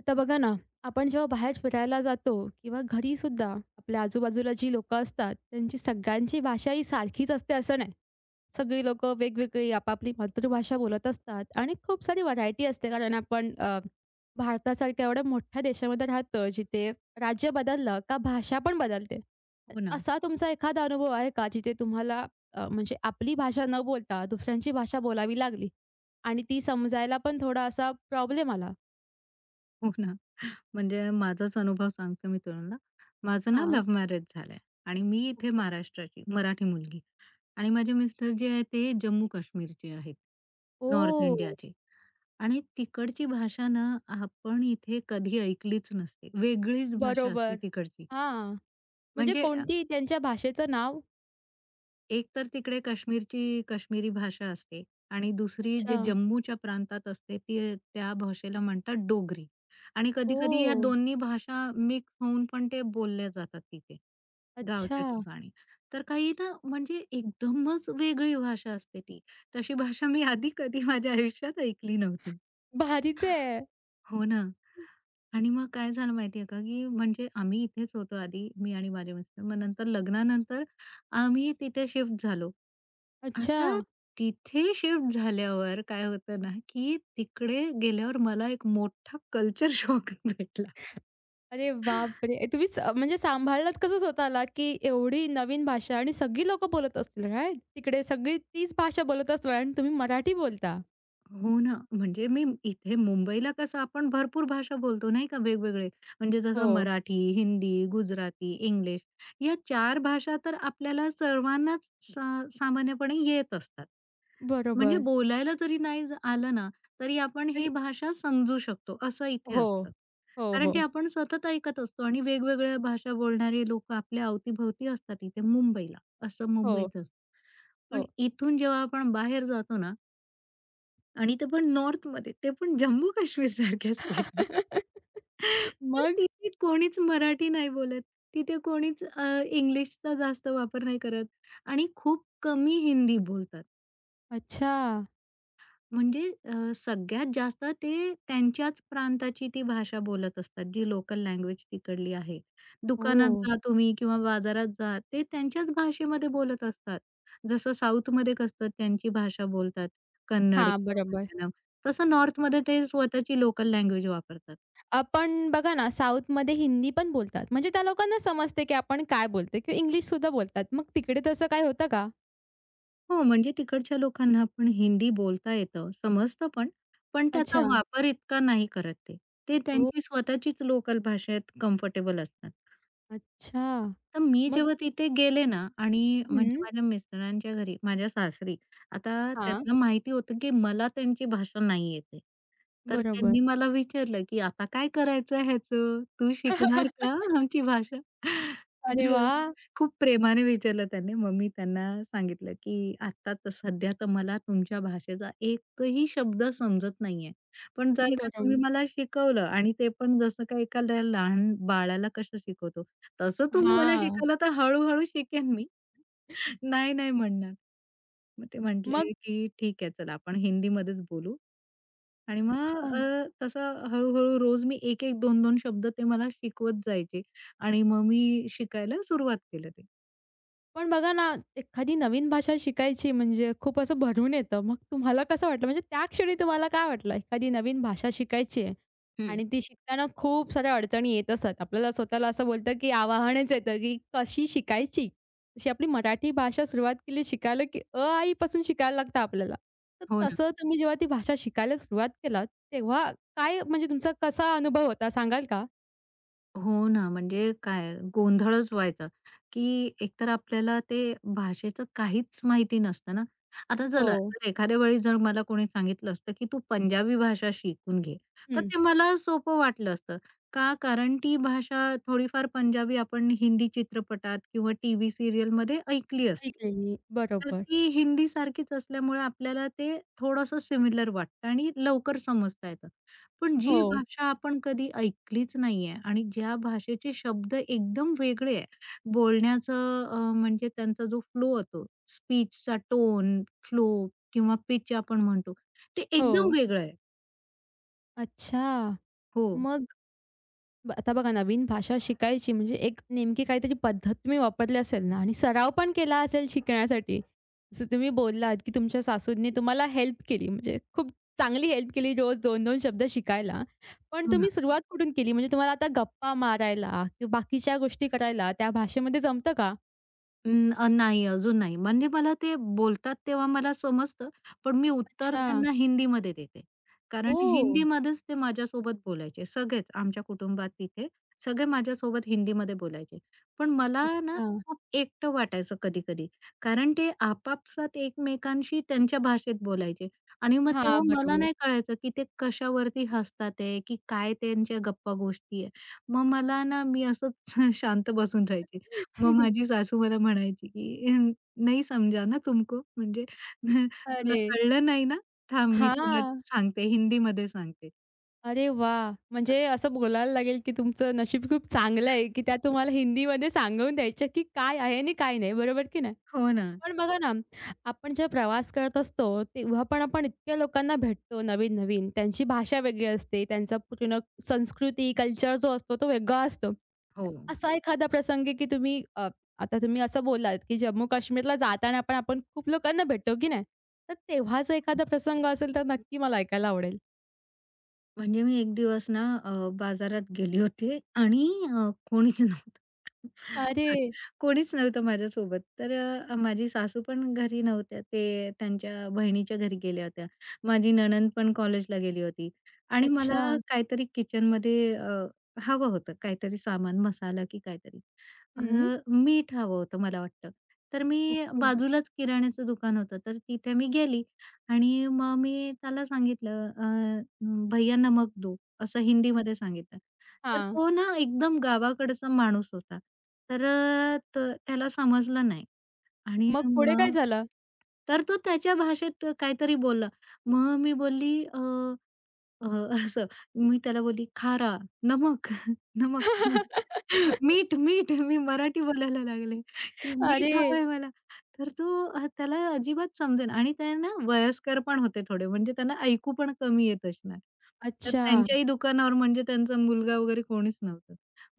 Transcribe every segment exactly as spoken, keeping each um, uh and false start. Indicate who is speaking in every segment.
Speaker 1: आता बघा ना, आपण जेव्हा बाहेर फिरायला जातो किंवा घरी सुद्धा आपल्या आजूबाजूला जी लोकं असतात, त्यांची सगळ्यांची भाषा ही सारखीच असते असं नाही. सगळी लोकं वेगवेगळी आपापली मातृभाषा बोलत असतात आणि खूप सारी व्हरायटी असते. कारण आपण अ, भारतासारख्या एवढ्या मोठ्या देशामध्ये राहतो, जिथे राज्य बदललं का भाषा पण बदलते.
Speaker 2: हो ना,
Speaker 1: असा तुमचा एखादा अनुभव आहे का, जिथे तुम्हाला अ, म्हणजे आपली भाषा न बोलता दुसऱ्यांची भाषा बोलावी लागली आणि ती समजायला पण थोडा असा प्रॉब्लेम आला?
Speaker 2: हो ना. म्हणजे माझाच अनुभव सांगते मी तुम्हाला. माझं ना
Speaker 1: हां.
Speaker 2: लव्ह मॅरेज झालंय आणि मी इथे महाराष्ट्राची, मराठी मुलगी आणि माझे मिस्टर जे आहेत ते जम्मू-काश्मीरचे आहेत, नॉर्थ
Speaker 1: ओह!
Speaker 2: इंडियाचे आणि तिकडची भाषा ना आपण इथे कधी ऐकलीच नसते. वेगळीच भाषा असते
Speaker 1: बरोबर.
Speaker 2: तिकडची.
Speaker 1: हां. म्हणजे
Speaker 2: म्हणजे
Speaker 1: कोणती त्यांच्या भाषेचं नाव?
Speaker 2: एक तर तिकडे काश्मीरची काश्मीरी भाषा असते आणि दुसरी जे
Speaker 1: अच्छा.
Speaker 2: जम्मूच्या प्रांतात असते ती त्या भाषेला म्हणतात डोगरी आणि कधी-कधी ह्या
Speaker 1: ओ,
Speaker 2: दोन्ही भाषा मिक्स होऊन पण ते बोलल्या जातात तिथे,
Speaker 1: अच्छा.
Speaker 2: गावच्या ठिकाणी. तर काही ना म्हणजे एकदमच वेगळी भाषा असते ती. तशी भाषा मी आधी कधी माझ्या आयुष्यात ऐकली नव्हती.
Speaker 1: भारीच आहे.
Speaker 2: हो ना. आणि मग काय झालं माहितीये का, की म्हणजे आम्ही इथेच होतो आधी, मी आणि माझे मिस्टर. मग नंतर लग्नानंतर आम्ही तिथे शिफ्ट झालो.
Speaker 1: अच्छा.
Speaker 2: आता तिथे शिफ्ट झाल्यावर काय होतं ना, की तिकडे गेल्यावर मला एक मोठा कल्चर शॉक भेटला.
Speaker 1: अरे बापरे! ए, तुम्ही स म्हणजे सांभाळलात कसं स्वतःला, की एवढी नवीन भाषा आणि सगळी लोकं बोलत असतील राइट? तिकडे सगळी तीच भाषा बोलत असणार आणि तुम्ही मराठी बोलता.
Speaker 2: हो ना. म्हणजे मी इथे मुंबईला कसं आपण भरपूर भाषा बोलतो नाही का वेगवेगळे. म्हणजे जसं
Speaker 1: हो.
Speaker 2: मराठी, हिंदी, गुजराती, इंग्लिश या चार भाषा तर आपल्याला सर्वांनाच सा सामान्यपणे येत असतात. म्हणजे
Speaker 1: बरोबर.
Speaker 2: बोलायला जरी नाही ज आलं ना, तरी आपण
Speaker 1: आणि
Speaker 2: हे भाषा समजू शकतो असं इथे
Speaker 1: हो.
Speaker 2: असतं.
Speaker 1: हो,
Speaker 2: कारण की
Speaker 1: हो.
Speaker 2: आपण सतत ऐकत असतो आणि वेगवेगळ्या भाषा बोलणारे लोकं आपल्या अवतीभोवती असतात इथे मुंबईला, असं
Speaker 1: हो,
Speaker 2: मुंबईचं असतं. पण
Speaker 1: हो.
Speaker 2: इथून जेव्हा आपण बाहेर जातो ना, आणि ते पण नॉर्थमध्ये, ते पण जम्मू-काश्मीर सारख्या स्टेट. तर
Speaker 1: मग?
Speaker 2: तिथे कोणीच मराठी नाही बोलत. तिथे कोणीच अ, इंग्लिशचा जास्त वापर नाही करत आणि खूप कमी हिंदी बोलतात.
Speaker 1: अच्छा.
Speaker 2: म्हणजे अ, सगळ्यात जास्त ते त्यांच्याच प्रांताची ती भाषा बोलत असतात, जी लोकल लँग्वेज तिकडली आहे. दुकानात
Speaker 1: ओह!
Speaker 2: जा तुम्ही किंवा बाजारात जा, ते त्यांच्याच भाषेमध्ये बोलत असतात. जसं साऊथमध्ये कसं त्यांची भाषा बोलतात, कन्नड
Speaker 1: हां,
Speaker 2: किंवा
Speaker 1: बरोबर.
Speaker 2: मल्याळम. तसं नॉर्थमध्ये ते स्वतःची लोकल लँग्वेज वापरतात.
Speaker 1: अ, पण बघा ना, साऊथमध्ये हिंदी पण बोलतात. म्हणजे त्या लोकांना समजते, की आपण काय बोलतोय किंवा इंग्लिशसुद्धा बोलतात. मग तिकडे तसं काय होतं का?
Speaker 2: हो, म्हणजे तिकडच्या लोकांना पण हिंदी बोलता येतं, समजतं पण, पण त्याचा
Speaker 1: अच्छा.
Speaker 2: वापर इतका नाही करत ते. ते
Speaker 1: ओह!
Speaker 2: त्यांची स्वतःचीच लोकल भाषेत कम्फर्टेबल असतात.
Speaker 1: अच्छा.
Speaker 2: तर मी
Speaker 1: मग
Speaker 2: जेव्हा तिथे गेले ना आणि म्हणजे
Speaker 1: हं.
Speaker 2: माझ्या मिस्टरांच्या घरी, माझ्या सासरी. आता
Speaker 1: हां.
Speaker 2: त्यांना माहिती होतं, की मला त्यांची भाषा नाही येते. तर
Speaker 1: बरोबर.
Speaker 2: त्यांनी मला विचारलं, की "आता काय करायचं ह्याचं? तू शिकणार का आमची भाषा?"
Speaker 1: अरे
Speaker 2: तर
Speaker 1: वाह!
Speaker 2: खूप प्रेमाने विचारलं त्यांनी. मग मी त्यांना सांगितलं, की "आत्ता तर सध्या तर मला तुमच्या भाषेचा एकही शब्द समजत नाहीये. पण जर का तुम्ही
Speaker 1: बरोबर.
Speaker 2: मला शिकवलं आणि ते पण जसं का एका लहान बाळाला कसं शिकवतो, तसं तुम्ही मला
Speaker 1: हां.
Speaker 2: शिकवलं तर हळू-हळू शिकेन मी. नाही, नाही म्हणणार. मग ते
Speaker 1: मग
Speaker 2: म्हटले, की "ठीक आहे चला आपण हिंदीमध्येच बोलू." आणि मग
Speaker 1: अच्छा.
Speaker 2: अ, तसं हळू रोज मी एक एक दोन-दोन शब्द ते मला शिकवत जायचे आणि मग मी शिकायला सुरुवात केलं ते.
Speaker 1: पण बघा ना, एखादी नवीन भाषा शिकायची म्हणजे खूप असं भरून येतं. मग तुम्हाला कसं वाटलं? म्हणजे त्या क्षणी तुम्हाला काय वाटलं? एखादी नवीन भाषा शिकायची आहे.
Speaker 2: हं.
Speaker 1: आणि ती शिकताना खूप साऱ्या अडचणी येत असतात. आपल्याला स्वतःला असं बोलतं, की आवाहनच येतं, की कशी शिकायची? जशी आपली मराठी भाषा सुरुवात केली शिकायला, की अ, आ, इ पासून शिकायला लागतं आपल्याला. तर
Speaker 2: हो.
Speaker 1: तसं तुम्ही जेव्हा ती भाषा शिकायला सुरुवात केलात, तेव्हा काय म्हणजे तुमचा कसा अनुभव होता सांगाल का?
Speaker 2: हो ना, म्हणजे काय गोंधळच व्हायचा, की एकतर आपल्याला ते भाषेचं काहीच माहिती नसतं ना. आता चला
Speaker 1: हो.
Speaker 2: तर एखाद्या वेळी जर मला कोणी सांगितलं असतं, की तू पंजाबी भाषा शिकून घे, तर
Speaker 1: हं.
Speaker 2: ते मला सोपं वाटलं असतं. का? कारण ती भाषा थोडीफार पंजाबी आपण हिंदी चित्रपटात किंवा टीव्ही सीरियलमध्ये ऐकली असते.
Speaker 1: ऐकलेली.
Speaker 2: तर
Speaker 1: बरोबर.
Speaker 2: ती हिंदीसारखीच असल्यामुळे आपल्याला ते थोडंसं सिमिलर वाटतं आणि लवकर समजता येतं. पण जी
Speaker 1: हो.
Speaker 2: भाषा आपण कधी ऐकलीच नाहीये आणि ज्या भाषेचे शब्द एकदम वेगळे आहे, बोलण्याचं अ, म्हणजे त्यांचा जो फ्लो होतो, स्पीचचा टोन, फ्लो किंवा पिच आपण म्हणतो, ते
Speaker 1: हो.
Speaker 2: एकदम वेगळं आहे.
Speaker 1: अच्छा.
Speaker 2: हो,
Speaker 1: मग ब आता बघा नवीन भाषा शिकायची म्हणजे एक नेमकी काहीतरी पद्धत तुम्ही वापरली असेल ना आणि सराव पण केला असेल शिकण्यासाठी. जसं तुम्ही बोललात, की तुमच्या सासूंनी तुम्हाला हेल्प केली म्हणजे खूप चांगली हेल्प केली रोज दोन दोन शब्द शिकायला. पण
Speaker 2: हो
Speaker 1: तुम्ही सुरुवात कुठून केली? म्हणजे तुम्हाला आता गप्पा मारायला किंवा बाकीच्या गोष्टी करायला त्या भाषेमध्ये जमतं का?
Speaker 2: अं, अ, नाही, अजून नाही. म्हणजे मला ते बोलतात तेव्हा मला समजतं, पण मी उत्तर
Speaker 1: अच्छा.
Speaker 2: त्यांना हिंदीमध्ये देते. कारण
Speaker 1: ओह!
Speaker 2: हिंदीमध्येच ते माझ्यासोबत बोलायचे. सगळेच आमच्या कुटुंबात तिथे सगळे माझ्यासोबत हिंदीमध्ये बोलायचे. पण मला ना
Speaker 1: अच्छा.
Speaker 2: खूप एकटं वाटायचं कधी-कधी. कारण ते आपापसात एकमेकांशी त्यांच्या भाषेत बोलायचे आणि मग
Speaker 1: हां,
Speaker 2: तेव्हा मला
Speaker 1: बरोबर.
Speaker 2: नाही कळायचं, की ते कशावरती हसतात आहे, की काय त्यांच्या गप्पा गोष्टी आहे. मग मला ना मी असंच शांत बसून राहायचे. मग माझी सासू मला म्हणायची, की "अ, नहीं समझा ना तुमको म्हणजे तुला
Speaker 1: अरे!
Speaker 2: कळलं नाही ना? थांब मी तुला
Speaker 1: हां.
Speaker 2: सांगते, हिंदीमध्ये सांगते."
Speaker 1: अरे वाह!
Speaker 2: अ
Speaker 1: म्हणजे असं बोलायला लागेल, की तुमचं नशीब खूप चांगलं आहे, की त्या तुम्हाला हिंदीमध्ये सांगून द्यायच्या, की काय आहे आणि काय नाही. बरोबर की नाही?
Speaker 2: हो ना.
Speaker 1: पण बघा ना, आपण जेव्हा प्रवास करत असतो, तेव्हा पण आपण इतक्या लोकांना भेटतो नवीन-नवीन. त्यांची भाषा वेगळी असते, त्यांचा पूर्ण संस्कृती, कल्चर जो असतो तो वेगळा असतो.
Speaker 2: हो.
Speaker 1: असा एखादा प्रसंग आहे, की तुम्ही अ, आता तुम्ही असं बोललात, की जम्मू काश्मीरला जाताना पण आपण खूप लोकांना भेटतो की नाही? तर तेव्हाचा एखादा प्रसंग असेल तर नक्की मला ऐकायला आवडेल.
Speaker 2: म्हणजे मी एक दिवस ना अ, बाजारात गेली होती आणि अ, कोणीच नव्हतं.
Speaker 1: अरे!
Speaker 2: सॉरी. कोणीच नव्हतं माझ्यासोबत. तर अ, माझी सासू पण घरी नव्हत्या. ते त्यांच्या बहिणीच्या घरी गेल्या होत्या. माझी नणंद पण कॉलेजला गेली होती आणि
Speaker 1: अच्छा.
Speaker 2: मला काहीतरी किचनमध्ये अ, हवं होतं काहीतरी सामान, मसाला की काहीतरी. अ,
Speaker 1: हं.
Speaker 2: मीठ हवं होतं मला वाटतं. तर मी
Speaker 1: ओके.
Speaker 2: बाजूलाच किराण्याचं दुकान होतं. तर तिथे मी गेली. आणि मग मी त्याला सांगितलं अ, "भैय्या नमक दो" असं हिंदीमध्ये सांगितलं. तर
Speaker 1: हां.
Speaker 2: तो ना एकदम गावाकडचा माणूस होता. तर अ, त त्याला समजलं नाही आणि
Speaker 1: मग पुढे काय
Speaker 2: मग
Speaker 1: झालं?
Speaker 2: तर तो त्याच्या भाषेत काहीतरी बोलला. मग मी बोलली अ अ, असं मी त्याला बोलली, "खारा, नमक, नमक, नमक, मीठ, मीठ." मी मराठी बोलायला लागले, की "मीठ
Speaker 1: अरे!
Speaker 2: हवंय मला." तर तो अ, त्याला अजिबात समजेना आणि ते ना वयस्कर पण होते थोडे, म्हणजे त्यांना ऐकू पण कमी येत असणार. तर
Speaker 1: अच्छा.
Speaker 2: त्यांच्याही दुकानावर म्हणजे त्यांचा मुलगा वगैरे कोणीच नव्हतं.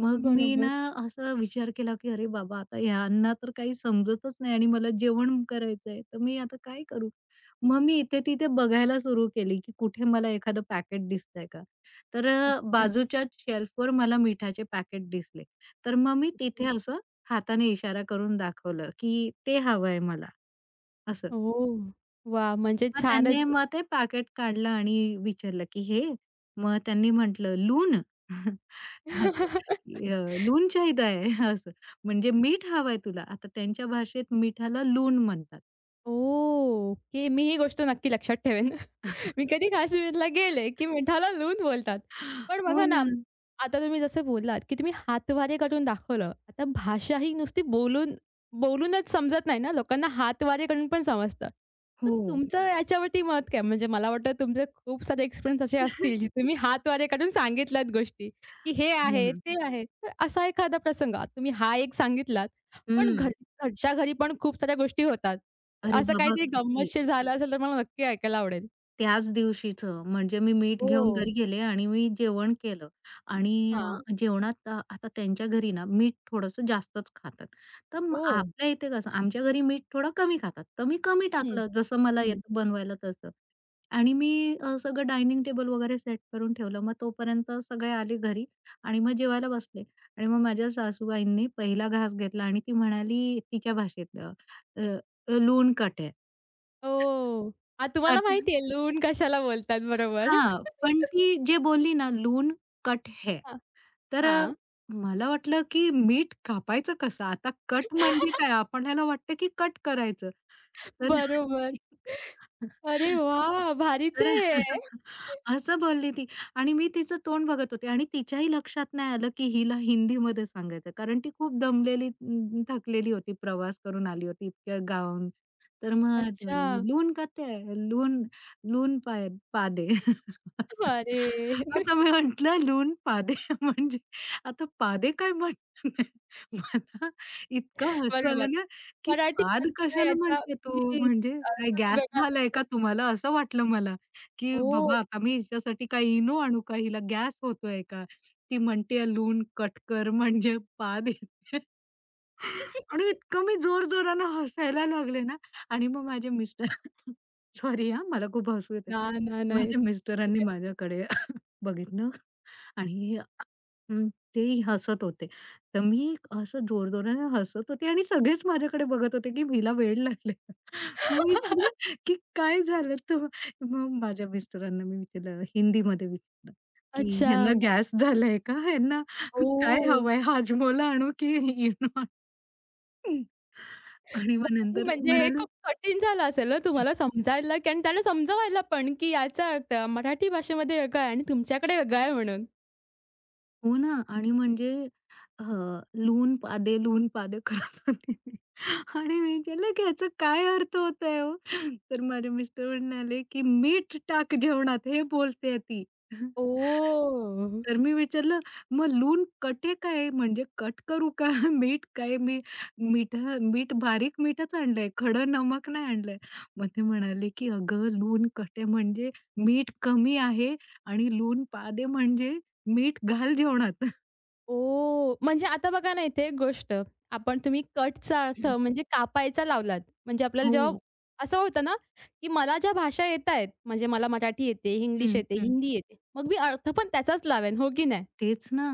Speaker 2: मग मी
Speaker 1: बरोबर.
Speaker 2: ना असा विचार केला, की "अरे बाबा, आता ह्यांना तर काही समजतच नाही आणि मला जेवण करायचंय, तर मी आता काय करू?" मग मी इथे-तिथे बघायला सुरू केली, की कुठे मला एखादं पॅकेट दिसतंय का? तर अ,
Speaker 1: अच्छा.
Speaker 2: बाजूच्याच शेल्फवर मला मिठाचे पॅकेट दिसले. तर मग मी
Speaker 1: ओके.
Speaker 2: तिथे असं हाताने इशारा करून दाखवलं, की ते हवंय मला असं.
Speaker 1: ओह! वाह! म्हणजे
Speaker 2: मग त्यांनी
Speaker 1: छानच.
Speaker 2: मग ते पॅकेट काढलं आणि विचारलं, की "हे?" मग त्यांनी म्हटलं, "लून." असं, की अ, "लून चाहिदा है." असं. म्हणजे मीठ हवंय तुला. आता त्यांच्या भाषेत मिठाला लून म्हणतात.
Speaker 1: ओह! ओके. मी ही गोष्ट नक्की लक्षात ठेवेन. मी कधी काश्मीरला गेले, की मिठाला "लून" बोलतात. पण
Speaker 2: हो
Speaker 1: बघा ना,
Speaker 2: ना.
Speaker 1: आता तुम्ही जसं बोललात, की तुम्ही हातवारे करून दाखवलं. आता भाषा ही नुसती बोलून बोलूनच समजत नाही ना, लोकांना हातवारे करून पण समजतं. तर
Speaker 2: हो.
Speaker 1: तुमचं याच्यावरती मत काय? म्हणजे मला वाटतं तुमचे खूप सारे एक्सपिरियन्स असे असतील, जे तुम्ही हातवारे काढून सांगितल्यात गोष्टी, की हे
Speaker 2: हो
Speaker 1: आहे,
Speaker 2: ना.
Speaker 1: ते आहे. तर असा एखादा प्रसंग आता तुम्ही हा एक सांगितलात, पण घर
Speaker 2: हं.
Speaker 1: घरच्या घरी पण खूप साऱ्या गोष्टी होतात.
Speaker 2: अरे
Speaker 1: असं
Speaker 2: बाबा!
Speaker 1: काहीतरी
Speaker 2: किती
Speaker 1: गंमतशीर झालं असेल तर मला नक्की ऐकायला आवडेल.
Speaker 2: त्याच दिवशीचं. म्हणजे मी मीठ घेऊन
Speaker 1: हो.
Speaker 2: घरी गेले आणि मी जेवण केलं आणि
Speaker 1: हां.
Speaker 2: अ, जेवणात अ, आता त्यांच्या घरी ना मीठ थोडंसं जास्तच खातात. तर मग
Speaker 1: ओह!
Speaker 2: आपल्या इथे कसं आमच्या घरी मीठ थोडं कमी खातात. तर मी कमी
Speaker 1: हं,
Speaker 2: टाकलं जसं मला
Speaker 1: हं.
Speaker 2: येतं बनवायला तसं. आणि मी अ, सगळं डायनिंग टेबल वगैरे सेट करून ठेवलं. मग तोपर्यंत सगळे आले घरी आणि मग जेवायला बसले. आणि मग माझ्या सासूबाईंनी पहिला घास घेतला आणि ती म्हणाली तिच्या भाषेत अ, अ, कट है."
Speaker 1: ओह! आ, तुम्हाला
Speaker 2: आता
Speaker 1: माहिती आहे लूण कशाला बोलतात बरोबर.
Speaker 2: हां, पण ती जे बोलली ना, "लून कट है."
Speaker 1: हां,
Speaker 2: तर अ,
Speaker 1: हां.
Speaker 2: मला वाटलं, की मीठ कापायचं कसं? आता कट म्हणजे काय? आपल्याला वाटतं, की कट करायचं. तर
Speaker 1: बरोबर. अरे वाह! भारीच
Speaker 2: तर
Speaker 1: आहे.
Speaker 2: असं बोलली ती आणि मी तिचं तोंड बघत होते आणि तिच्याही लक्षात नाही आलं, की हिला हिंदीमध्ये सांगायचं. कारण ती खूप दमलेली, अं, थकलेली होती. प्रवास करून आली होती इतक्या गावाहून. तर मग ती
Speaker 1: अच्छा.
Speaker 2: म्हणाली, "लून कते है? लून लून पाय पा दे." असं.
Speaker 1: अरे!
Speaker 2: आता मी म्हटलं, "लून पा दे" म्हणजे आता पादे काय म्हणतात? मला इतकं हसू
Speaker 1: बरोबर.
Speaker 2: आलं ना, की
Speaker 1: मराठी
Speaker 2: "पाद कशाला
Speaker 1: याचा
Speaker 2: म्हणते तू?
Speaker 1: हं,
Speaker 2: म्हणजे काय
Speaker 1: अर्थ
Speaker 2: गॅस
Speaker 1: वेगळा.
Speaker 2: झालाय का तुम्हाला?" असं वाटलं मला, की
Speaker 1: हो.
Speaker 2: बाबा आता मी हिच्यासाठी काय इनो आणू का? हिला गॅस होतोय का? ती म्हणते लून कट कर म्हणजे पाद येते. आणि इतकं मी जोरजोरानं हसायला लागले ना आणि मग माझे मिस्टर सॉरी हां, मला खूप हसू येतं.
Speaker 1: ना, ना, नाही.
Speaker 2: माझ्या
Speaker 1: ठीक
Speaker 2: मिस्टरांनी
Speaker 1: आहे.
Speaker 2: माझ्याकडे बघितलं आणि हं, तेही हसत होते. तर मी असं जोरजोराने हसत होते आणि सगळेच माझ्याकडे बघत होते, की हिला वेड लागलंय का? मग मी विचारलं, की "काय झालं?" तर मग माझ्या मिस्टरांना मी विचारलं हिंदीमध्ये विचारलं, की
Speaker 1: अच्छा.
Speaker 2: "ह्यांना गॅस झालाय का? ह्यांना काय
Speaker 1: ओह!
Speaker 2: हवंय हाजमोला आणू की इनो?" आणि मग
Speaker 1: भारी
Speaker 2: नंतर ते
Speaker 1: म्हणजे हे
Speaker 2: म्हणाले,
Speaker 1: खूप कठीण झालं असेल ना तुम्हाला समजायला, की आणि त्यांना समजवायला पण, की याचा अर्थ मराठी भाषेमध्ये वेगळा आहे आणि तुमच्याकडे वेगळा आहे म्हणून.
Speaker 2: हो ना आणि म्हणजे अ, लून पादे, लून पादे करत होते मी आणि मी विचारलं, की "ह्याचा काय अर्थ होतोय हो?" तर माझे मिस्टर म्हणाले, की "मीठ टाक जेवणात हे बोलतेय ती."
Speaker 1: ओह!
Speaker 2: तर मी विचारलं, "मग लूण कटे काय? म्हणजे कट करू का? मीठ काय मी मिठा मीठ बारीक मीठच आणलंय, खडं नमक नाही आणलंय." मग ते म्हणाले, की "अगं लूण कटे म्हणजे मीठ कमी आहे आणि लूण पादे म्हणजे मीठ घाल जेवणात.
Speaker 1: ओह! म्हणजे आता बघा ना इथे एक गोष्ट, आपण तुम्ही कटचा अर्थ म्हणजे कापायचा लावलात. म्हणजे आपल्याला
Speaker 2: हो.
Speaker 1: जेव्हा असं होतं ना, की मला ज्या भाषा येतायत, म्हणजे मला मराठी येते, इंग्लिश
Speaker 2: हं,
Speaker 1: येते,
Speaker 2: हं.
Speaker 1: हिंदी येते, मग मी अर्थ पण त्याचाच लावेन, हो की नाही?
Speaker 2: तेच ना.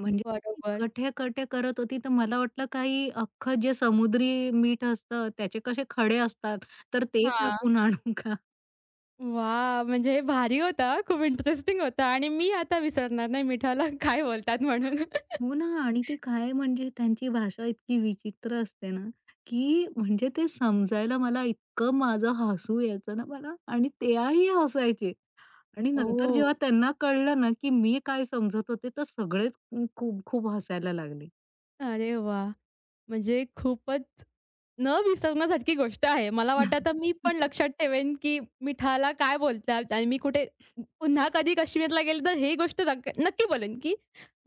Speaker 2: म्हणजे ती
Speaker 1: बरोबर.
Speaker 2: गठे-गठे करत होती, तर मला वाटलं काही अख्खं जे समुद्री मीठ असतं, त्याचे कसे खडे असतात, तर ते
Speaker 1: हां.
Speaker 2: कापून आणू का?
Speaker 1: वाह! म्हणजे हे भारी होतं हां. खूप इंटरेस्टिंग होतं आणि मी आता विसरणार नाही मिठाला काय बोलतात म्हणून.
Speaker 2: हो ना. आणि ती काय म्हणजे त्यांची भाषा इतकी विचित्र असते ना, की म्हणजे ते समजायला मला इतकं माझं हसू यायचं ना मला आणि त्याही हसायचे. आणि नंतर
Speaker 1: ओह!
Speaker 2: जेव्हा त्यांना कळलं ना, की मी काय समजत होते, तर सगळेच खूप खूप हसायला लागले.
Speaker 1: अरे वाह! म्हणजे खूपच न विसरण्यासारखी गोष्ट आहे. मला वाटतं आता मी पण लक्षात ठेवेन, की मिठाला काय बोलतात आणि मी कुठे पुन्हा कधी काश्मीरला गेले तर ही गोष्ट नक्क नक्की बोलेन, की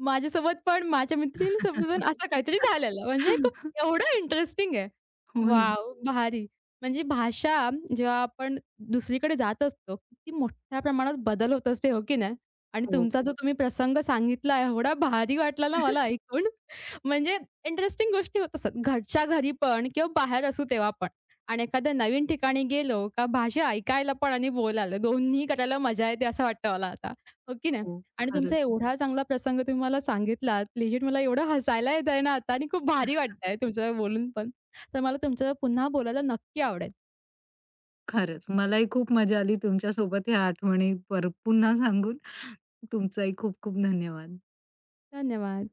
Speaker 1: माझ्यासोबत पण माझ्या मैत्रिणीसोबत पण असं काहीतरी झालेलं. म्हणजे खूप एवढं इंटरेस्टिंग आहे.
Speaker 2: हो ना.
Speaker 1: वॉव! भारी. म्हणजे भाषा जेव्हा आपण दुसरीकडे जात असतो, किती मोठ्या प्रमाणात बदल होत असते, हो की नाही? आणि
Speaker 2: हो.
Speaker 1: तुमचा जो तुम्ही प्रसंग सांगितला एवढा भारी वाटला ना मला ऐकून. म्हणजे इंटरेस्टिंग गोष्टी होत असतात. घरच्या घरी पण किंवा बाहेर असू तेव्हा पण. आणि एखाद्या नवीन ठिकाणी गेलो का भाषा ऐकायला पण आणि बोलायला दोन्ही करायला मजा येते असं वाटतं मला आता. हो की नाही?
Speaker 2: हो.
Speaker 1: आणि तुमचा
Speaker 2: खरंच,
Speaker 1: एवढा चांगला प्रसंग तुम्ही मला सांगितलात. लिजिट मला एवढं हसायला येत आहे ना आता आणि खूप भारी वाटतंय तुमचं बोलून पण. तर मला तुमच्यासोबत पुन्हा बोलायला नक्की आवडेल.
Speaker 2: खरंच. मलाही खूप मजा आली तुमच्यासोबत ह्या आठवणी पर पुन्हा सांगून. तुमचाही खूप खूप धन्यवाद.
Speaker 1: धन्यवाद.